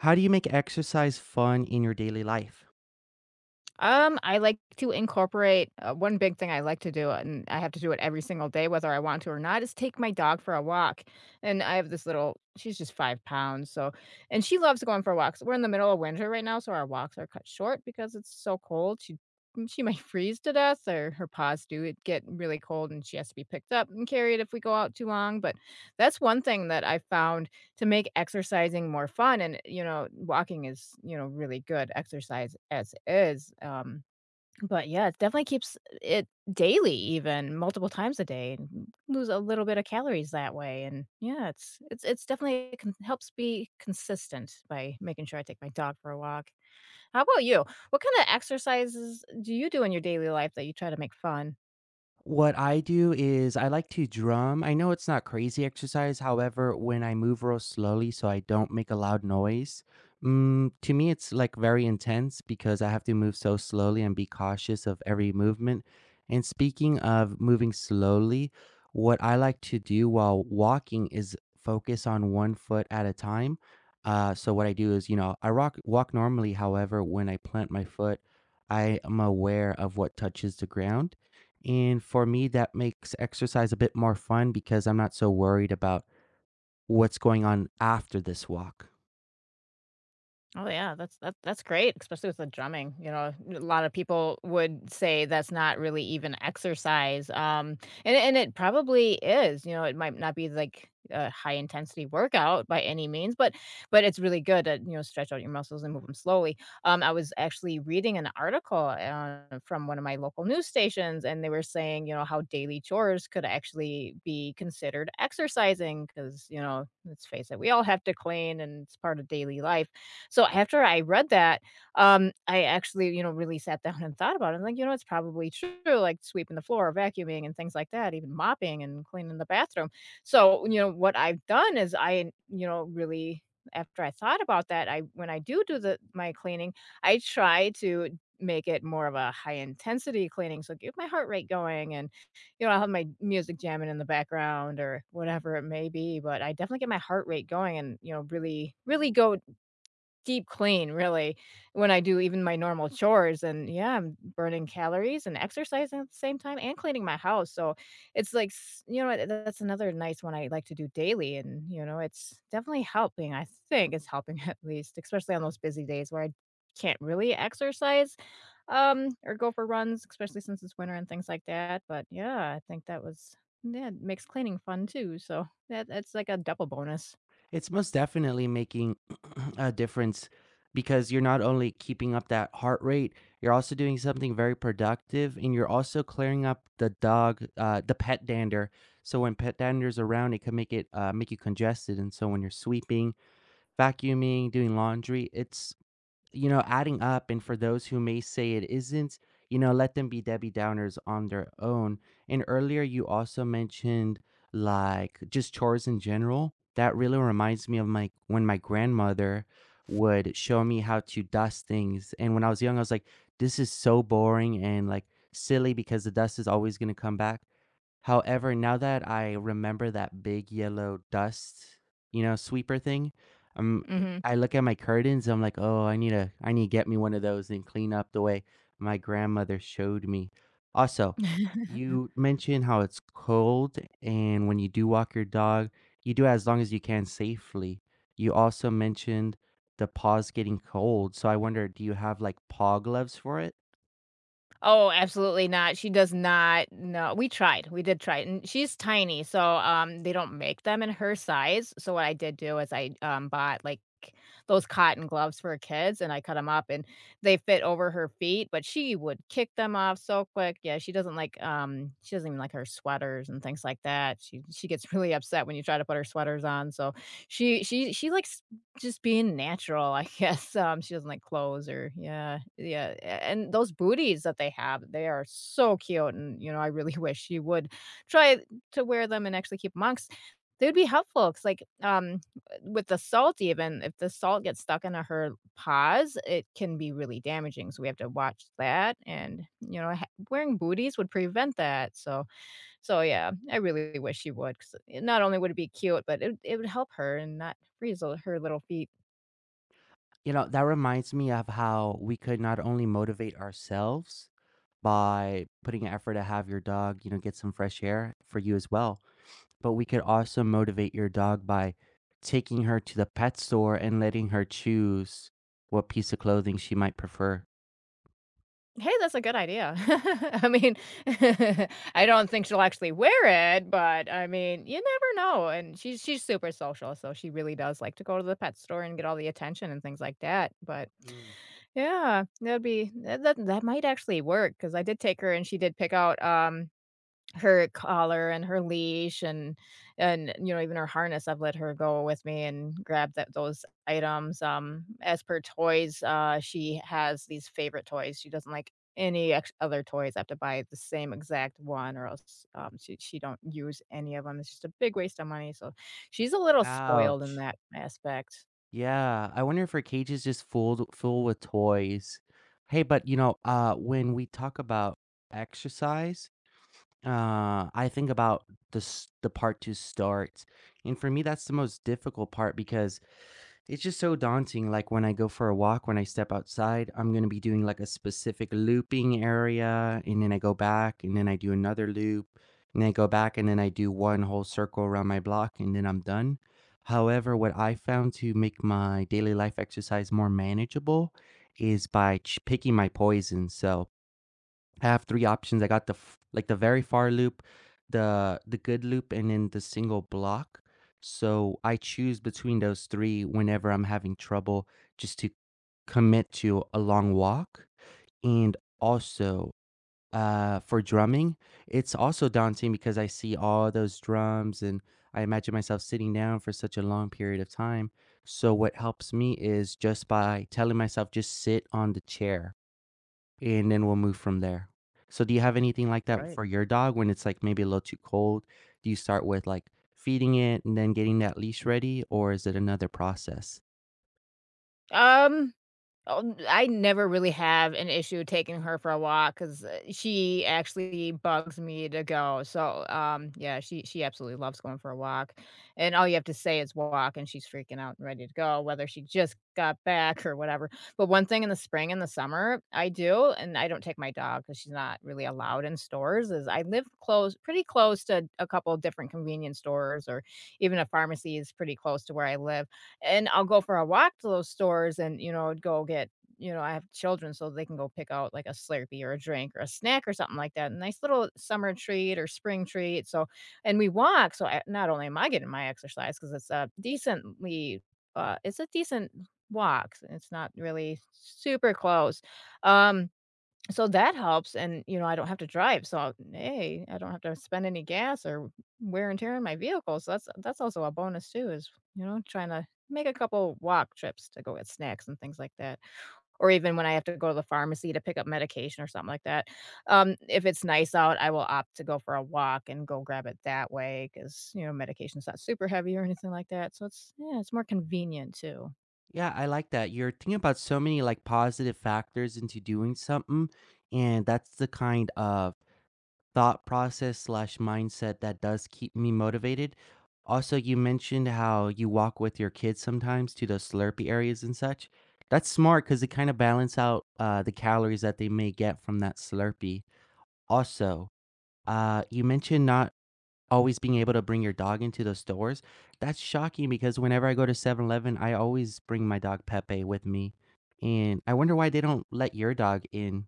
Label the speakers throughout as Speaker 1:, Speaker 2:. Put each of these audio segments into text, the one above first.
Speaker 1: How do you make exercise fun in your daily life?
Speaker 2: I like to incorporate One big thing I like to do, and I have to do it every single day, whether I want to or not, is take my dog for a walk. And I have this little, she's just 5 pounds. And she loves going for walks. We're in the middle of winter right now, so our walks are cut short because it's so cold. She might freeze to death, or her paws do it get really cold and she has to be picked up and carried if we go out too long. But that's one thing that I found to make exercising more fun. And walking is, really good exercise as is. But yeah, it definitely keeps it daily, even multiple times a day, and lose a little bit of calories that way. And yeah, it's definitely, it can helps be consistent by making sure I take my dog for a walk. How about you? What kinda exercises do you do in your daily life that you try to make fun?
Speaker 1: What I do is I like to drum. I know it's not crazy exercise. However, when I move real slowly so I don't make a loud noise, to me, it's like very intense because I have to move so slowly and be cautious of every movement. And speaking of moving slowly, what I like to do while walking is focus on one foot at a time. So what I do is, you know, I rock, walk normally. However, when I plant my foot, I am aware of what touches the ground, and for me, that makes exercise a bit more fun because I'm not so worried about what's going on after this walk.
Speaker 2: Oh yeah, that's great, especially with the drumming. You know, a lot of people would say that's not really even exercise. And it probably is. You know, it might not be like a high intensity workout by any means, but it's really good to stretch out your muscles and move them slowly. I was actually reading an article from one of my local news stations, and they were saying, how daily chores could actually be considered exercising, because, let's face it, we all have to clean and it's part of daily life. So after I read that, I actually, really sat down and thought about it. I'm like, it's probably true, like sweeping the floor, vacuuming and things like that, even mopping and cleaning the bathroom. So, what I've done is I, really after I thought about that, I when I do the my cleaning, I try to make it more of a high intensity cleaning. So get my heart rate going, and I'll have my music jamming in the background or whatever it may be, but I definitely get my heart rate going and, really, really go deep clean, really, when I do even my normal chores. And yeah, I'm burning calories and exercising at the same time and cleaning my house, so it's like s you know what, that's another nice one I like to do daily. And, it's definitely helping, I think it's helping at least, especially on those busy days where I can't really exercise, or go for runs, especially since it's winter and things like that. But yeah, I think that was, yeah, it makes cleaning fun too, so that's like a double bonus.
Speaker 1: It's most definitely making a difference because you're not only keeping up that heart rate, you're also doing something very productive, and you're also clearing up the dog, the pet dander. So when pet dander's around, it can make it make you congested. And so when you're sweeping, vacuuming, doing laundry, it's, you know, adding up. And for those who may say it isn't, you know, let them be Debbie Downers on their own. And earlier, you also mentioned like just chores in general. That really reminds me of my when my grandmother would show me how to dust things. And when I was young, I was like, this is so boring and like silly because the dust is always going to come back. However, now that I remember that big yellow dust, you know, sweeper thing,
Speaker 2: Mhm.
Speaker 1: I look at my curtains, I'm like, "Oh, I need to get me one of those and clean up the way my grandmother showed me." Also, you mentioned how it's cold, and when you do walk your dog, you do it as long as you can safely. You also mentioned the paws getting cold, so I wonder, do you have, like, paw gloves for it?
Speaker 2: Oh, absolutely not. She does not. No, we tried, we did try, and she's tiny, so, they don't make them in her size. So what I did do is I, bought, like, those cotton gloves for kids, and I cut them up, and they fit over her feet, but she would kick them off so quick. Yeah, she doesn't even like her sweaters and things like that. She gets really upset when you try to put her sweaters on, so she likes just being natural, I guess. She doesn't like clothes or, yeah, yeah. And those booties that they have, they are so cute, and, I really wish she would try to wear them and actually keep monks. They would be helpful because, like, with the salt even, if the salt gets stuck into her paws, it can be really damaging, so we have to watch that. And, you know, ha wearing booties would prevent that, so yeah, I really wish she would. Because not only would it be cute, but it would help her and not freeze her little feet.
Speaker 1: You know, that reminds me of how we could not only motivate ourselves by putting an effort to have your dog, you know, get some fresh air for you as well. But we could also motivate your dog by taking her to the pet store and letting her choose what piece of clothing she might prefer.
Speaker 2: Hey, that's a good idea. I mean, I don't think she'll actually wear it, but I mean, you never know. And she's super social, so she really does like to go to the pet store and get all the attention and things like that. But
Speaker 1: Mm.
Speaker 2: yeah, that'd be that that, that might actually work, because I did take her and she did pick out her collar and her leash and even her harness. I've let her go with me and grab that those items. As per toys, she has these favorite toys. She doesn't like any ex other toys. I have to buy the same exact one or else, she don't use any of them. It's just a big waste of money, so she's a little spoiled in
Speaker 1: Ouch.
Speaker 2: that aspect.
Speaker 1: Yeah, I wonder if her cage is just full with toys. Hey, but you know, when we talk about exercise, I think about the part to start, and for me, that's the most difficult part because it's just so daunting, like, when I go for a walk, when I step outside, I'm gonna be doing, like, a specific looping area, and then I go back, and then I do another loop, and then I go back, and then I do one whole circle around my block, and then I'm done. However, what I found to make my daily life exercise more manageable is by ch picking my poison. So I have 3 options. I got the f like, the very far loop, the good loop, and then the single block. So I choose between those 3 whenever I'm having trouble just to commit to a long walk. And also, for drumming, it's also daunting because I see all those drums, and I imagine myself sitting down for such a long period of time. So what helps me is just by telling myself, "Just sit on the chair," and then we'll move from there. So do you have anything like that
Speaker 2: Right.
Speaker 1: for your dog when it's, like, maybe a little too cold? Do you start with, like, feeding it and then getting that leash ready, or is it another process?
Speaker 2: Um Oh, I never really have an issue taking her for a walk because she actually bugs me to go. So, yeah, she absolutely loves going for a walk, and all you have to say is "walk" and she's freaking out and ready to go, whether she just got back or whatever. But one thing in the spring and the summer I do, and I don't take my dog because she's not really allowed in stores, is I live close pretty close to a couple different convenience stores, or even a pharmacy is pretty close to where I live, and I'll go for a walk to those stores and, you know, I have children, so they can go pick out like a Slurpee or a drink or a snack or something like that. A nice little summer treat or spring treat. So, and we walk. So, I, not only am I getting my exercise because it's a decent walk. It's not really super close. Um, so that helps. And, I don't have to drive, so, hey, I don't have to spend any gas or wear and tear on my vehicle, so that's also a bonus too, is, trying to make a couple walk trips to go get snacks and things like that, or even when I have to go to the pharmacy to pick up medication or something like that. If it's nice out, I will opt to go for a walk and go grab it that way, because medication's not super heavy or anything like that, so it's yeah, it's more convenient too.
Speaker 1: Yeah, I like that. You're thinking about so many, like, positive factors into doing something, and that's the kind of thought process slash mindset that does keep me motivated. Also, you mentioned how you walk with your kids sometimes to those Slurpee areas and such. That's smart because it kind of balance out the calories that they may get from that slurpee. Also, you mentioned not always being able to bring your dog into the stores. That's shocking because whenever I go to 7-Eleven, I always bring my dog Pepe with me. And I wonder why they don't let your dog in.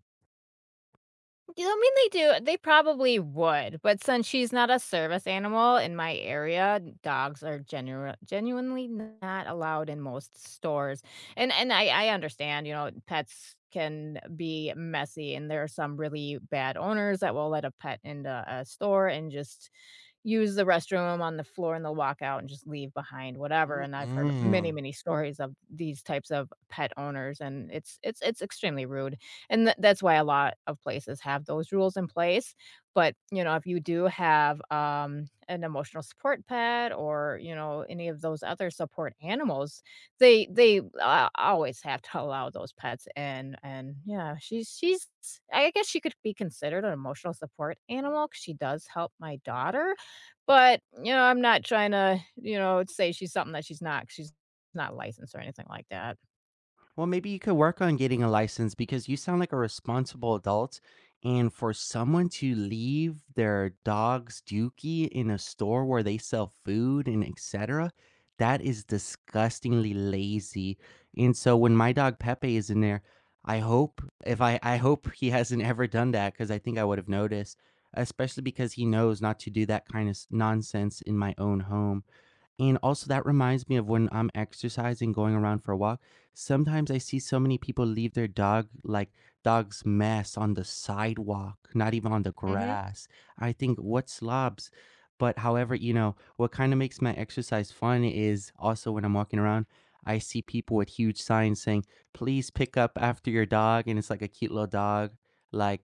Speaker 2: You know, I mean, they do. They probably would, but since she's not a service animal in my area, dogs are genuinely not allowed in most stores. And I understand, pets can be messy, and there are some really bad owners that will let a pet into a store and just use the restroom on the floor, and they'll walk out and just leave behind whatever. And I've heard
Speaker 1: Mm-mm.
Speaker 2: many, many stories of these types of pet owners, and it's extremely rude. And th that's why a lot of places have those rules in place. But, if you do have, an emotional support pet, or, any of those other support animals, they always have to allow those pets. And yeah, she's I guess she could be considered an emotional support animal, 'cause she does help my daughter. But, I'm not trying to, say she's something that she's not, 'cause she's not licensed or anything like that.
Speaker 1: Well, maybe you could work on getting a license because you sound like a responsible adult. And for someone to leave their dog's dookie in a store where they sell food and etc., that is disgustingly lazy. And so when my dog Pepe is in there, I hope if I I hope he hasn't ever done that because I think I would have noticed, especially because he knows not to do that kind of nonsense in my own home. And also that reminds me of when I'm exercising, going around for a walk, sometimes I see so many people leave their dog like dog's mess on the sidewalk, not even on the
Speaker 2: Mhm.
Speaker 1: grass. I think what slobs. But however, you know, what kind of makes my exercise fun is also when I'm walking around, I see people with huge signs saying, please pick up after your dog. And it's like a cute little dog, like,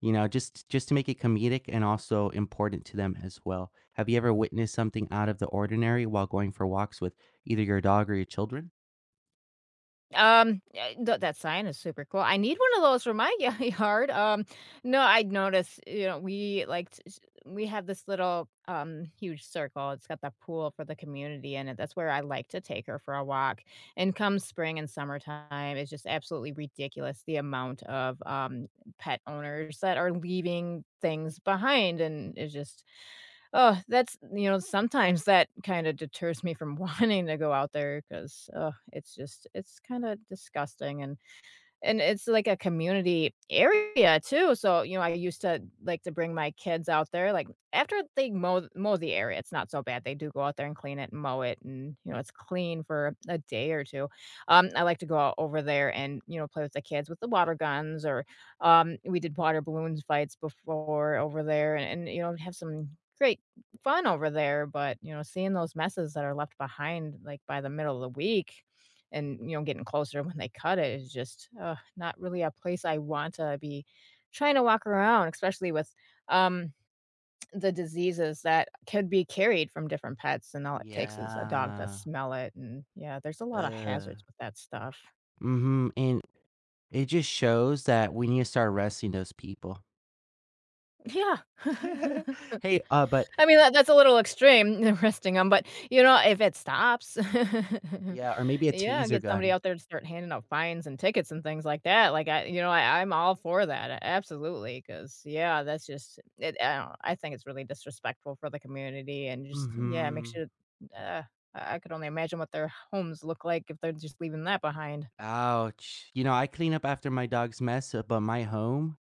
Speaker 1: you know, just to make it comedic and also important to them as well. Have you ever witnessed something out of the ordinary while going for walks with either your dog or your children?
Speaker 2: Eh, th that sign is super cool. I need one of those for my ya yard. No, I noticed, we, like, t s we have this little, huge circle. It's got the pool for the community in it. That's where I like to take her for a walk. And come spring and summertime, it's just absolutely ridiculous the amount of, pet owners that are leaving things behind, and it's just— Oh, that's you know, sometimes that kinda deters me from wanting to go out there, because oh, it's kinda disgusting. And it's like a community area too. So, I used to like to bring my kids out there. Like, after they mow the area, it's not so bad. They do go out there and clean it and mow it, and, it's clean for a day or 2. I like to go out over there and, play with the kids with the water guns, or, we did water balloons fights before over there. And have some great fun over there. But, seeing those messes that are left behind, like, by the middle of the week, and, getting closer when they cut it, is just, ugh, not really a place I want to be trying to walk around, especially with, um, the diseases that could be carried from different pets. And all it takes is a dog to
Speaker 1: Yeah.
Speaker 2: smell it, and, yeah, there's a lot of
Speaker 1: Uh.
Speaker 2: hazards with that stuff.
Speaker 1: Mhm, and it just shows that we need to start arresting those people.
Speaker 2: Yeah.
Speaker 1: Hey, but
Speaker 2: I mean, that's a little extreme, resting them, but, if it stops.
Speaker 1: yeah, or maybe a
Speaker 2: Yeah,
Speaker 1: taser
Speaker 2: get somebody
Speaker 1: gun.
Speaker 2: out there to start handing out fines and tickets and things like that. Like, I you know, I I'm all for that, a absolutely, because yeah, that's just it. I don't I think it's really disrespectful for the community, and just, yeah, makes
Speaker 1: Mhm.
Speaker 2: you— uh, I could only imagine what their homes look like if they're just leaving that behind.
Speaker 1: Ouch. You know, I clean up after my dog's mess, but my home,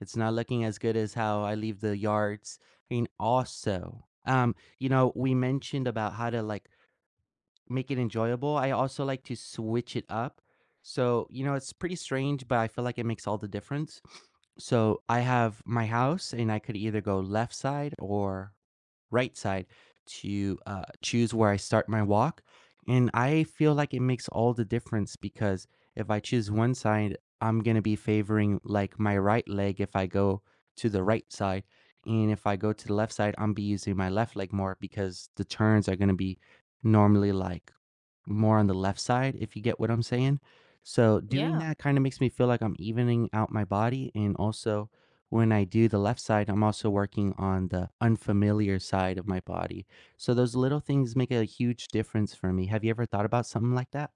Speaker 1: it's not looking as good as how I leave the yards. And also, you know, we mentioned about how to like make it enjoyable. I also like to switch it up. So, you know, it's pretty strange, but I feel like it makes all the difference. So I have my house and I could either go left side or right side to choose where I start my walk. And I feel like it makes all the difference because if I choose one side, I'm going to be favoring like my right leg if I go to the right side. And if I go to the left side, I'm be using my left leg more because the turns are going to be normally like more on the left side, if you get what I'm saying. So doing
Speaker 2: Yeah.
Speaker 1: that kind of makes me feel like I'm evening out my body, and also when I do the left side, I'm also working on the unfamiliar side of my body. So those little things make a huge difference for me. Have you ever thought about something like that?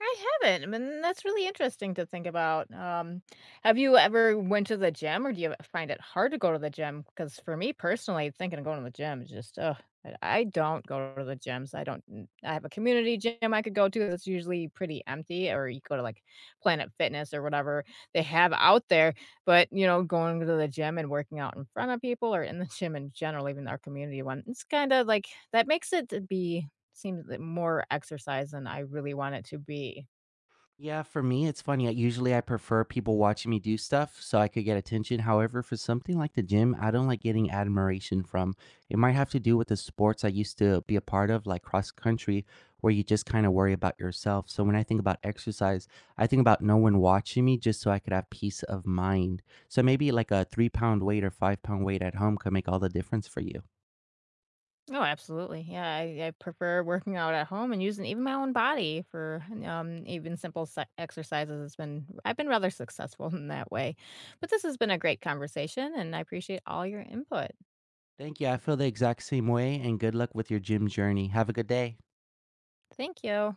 Speaker 2: I haven't. I mean, that's really interesting to think about. Have you ever went to the gym, or do you find it hard to go to the gym? Because for me personally, thinking of going to the gym is just, oh, I don't go to the gyms. I don't. I have a community gym I could go to that's usually pretty empty, or you go to like Planet Fitness or whatever they have out there. But you know, going to the gym and working out in front of people, or in the gym in general, even our community one, it's kind of like that makes it to be seems like more exercise than I really want it to be.
Speaker 1: Yeah, for me, it's funny. I prefer people watching me do stuff so I could get attention. However, for something like the gym, I don't like getting admiration from. It might have to do with the sports I used to be a part of, like cross country, where you just kind of worry about yourself. So when I think about exercise, I think about no one watching me just so I could have peace of mind. So maybe like a 3-pound weight or 5-pound weight at home could make all the difference for you.
Speaker 2: Oh, absolutely. Yeah, I prefer working out at home and using even my own body for even simple exercises. It's been I've been rather successful in that way. But this has been a great conversation, and I appreciate all your input.
Speaker 1: Thank you. I feel the exact same way, and good luck with your gym journey. Have a good day.
Speaker 2: Thank you.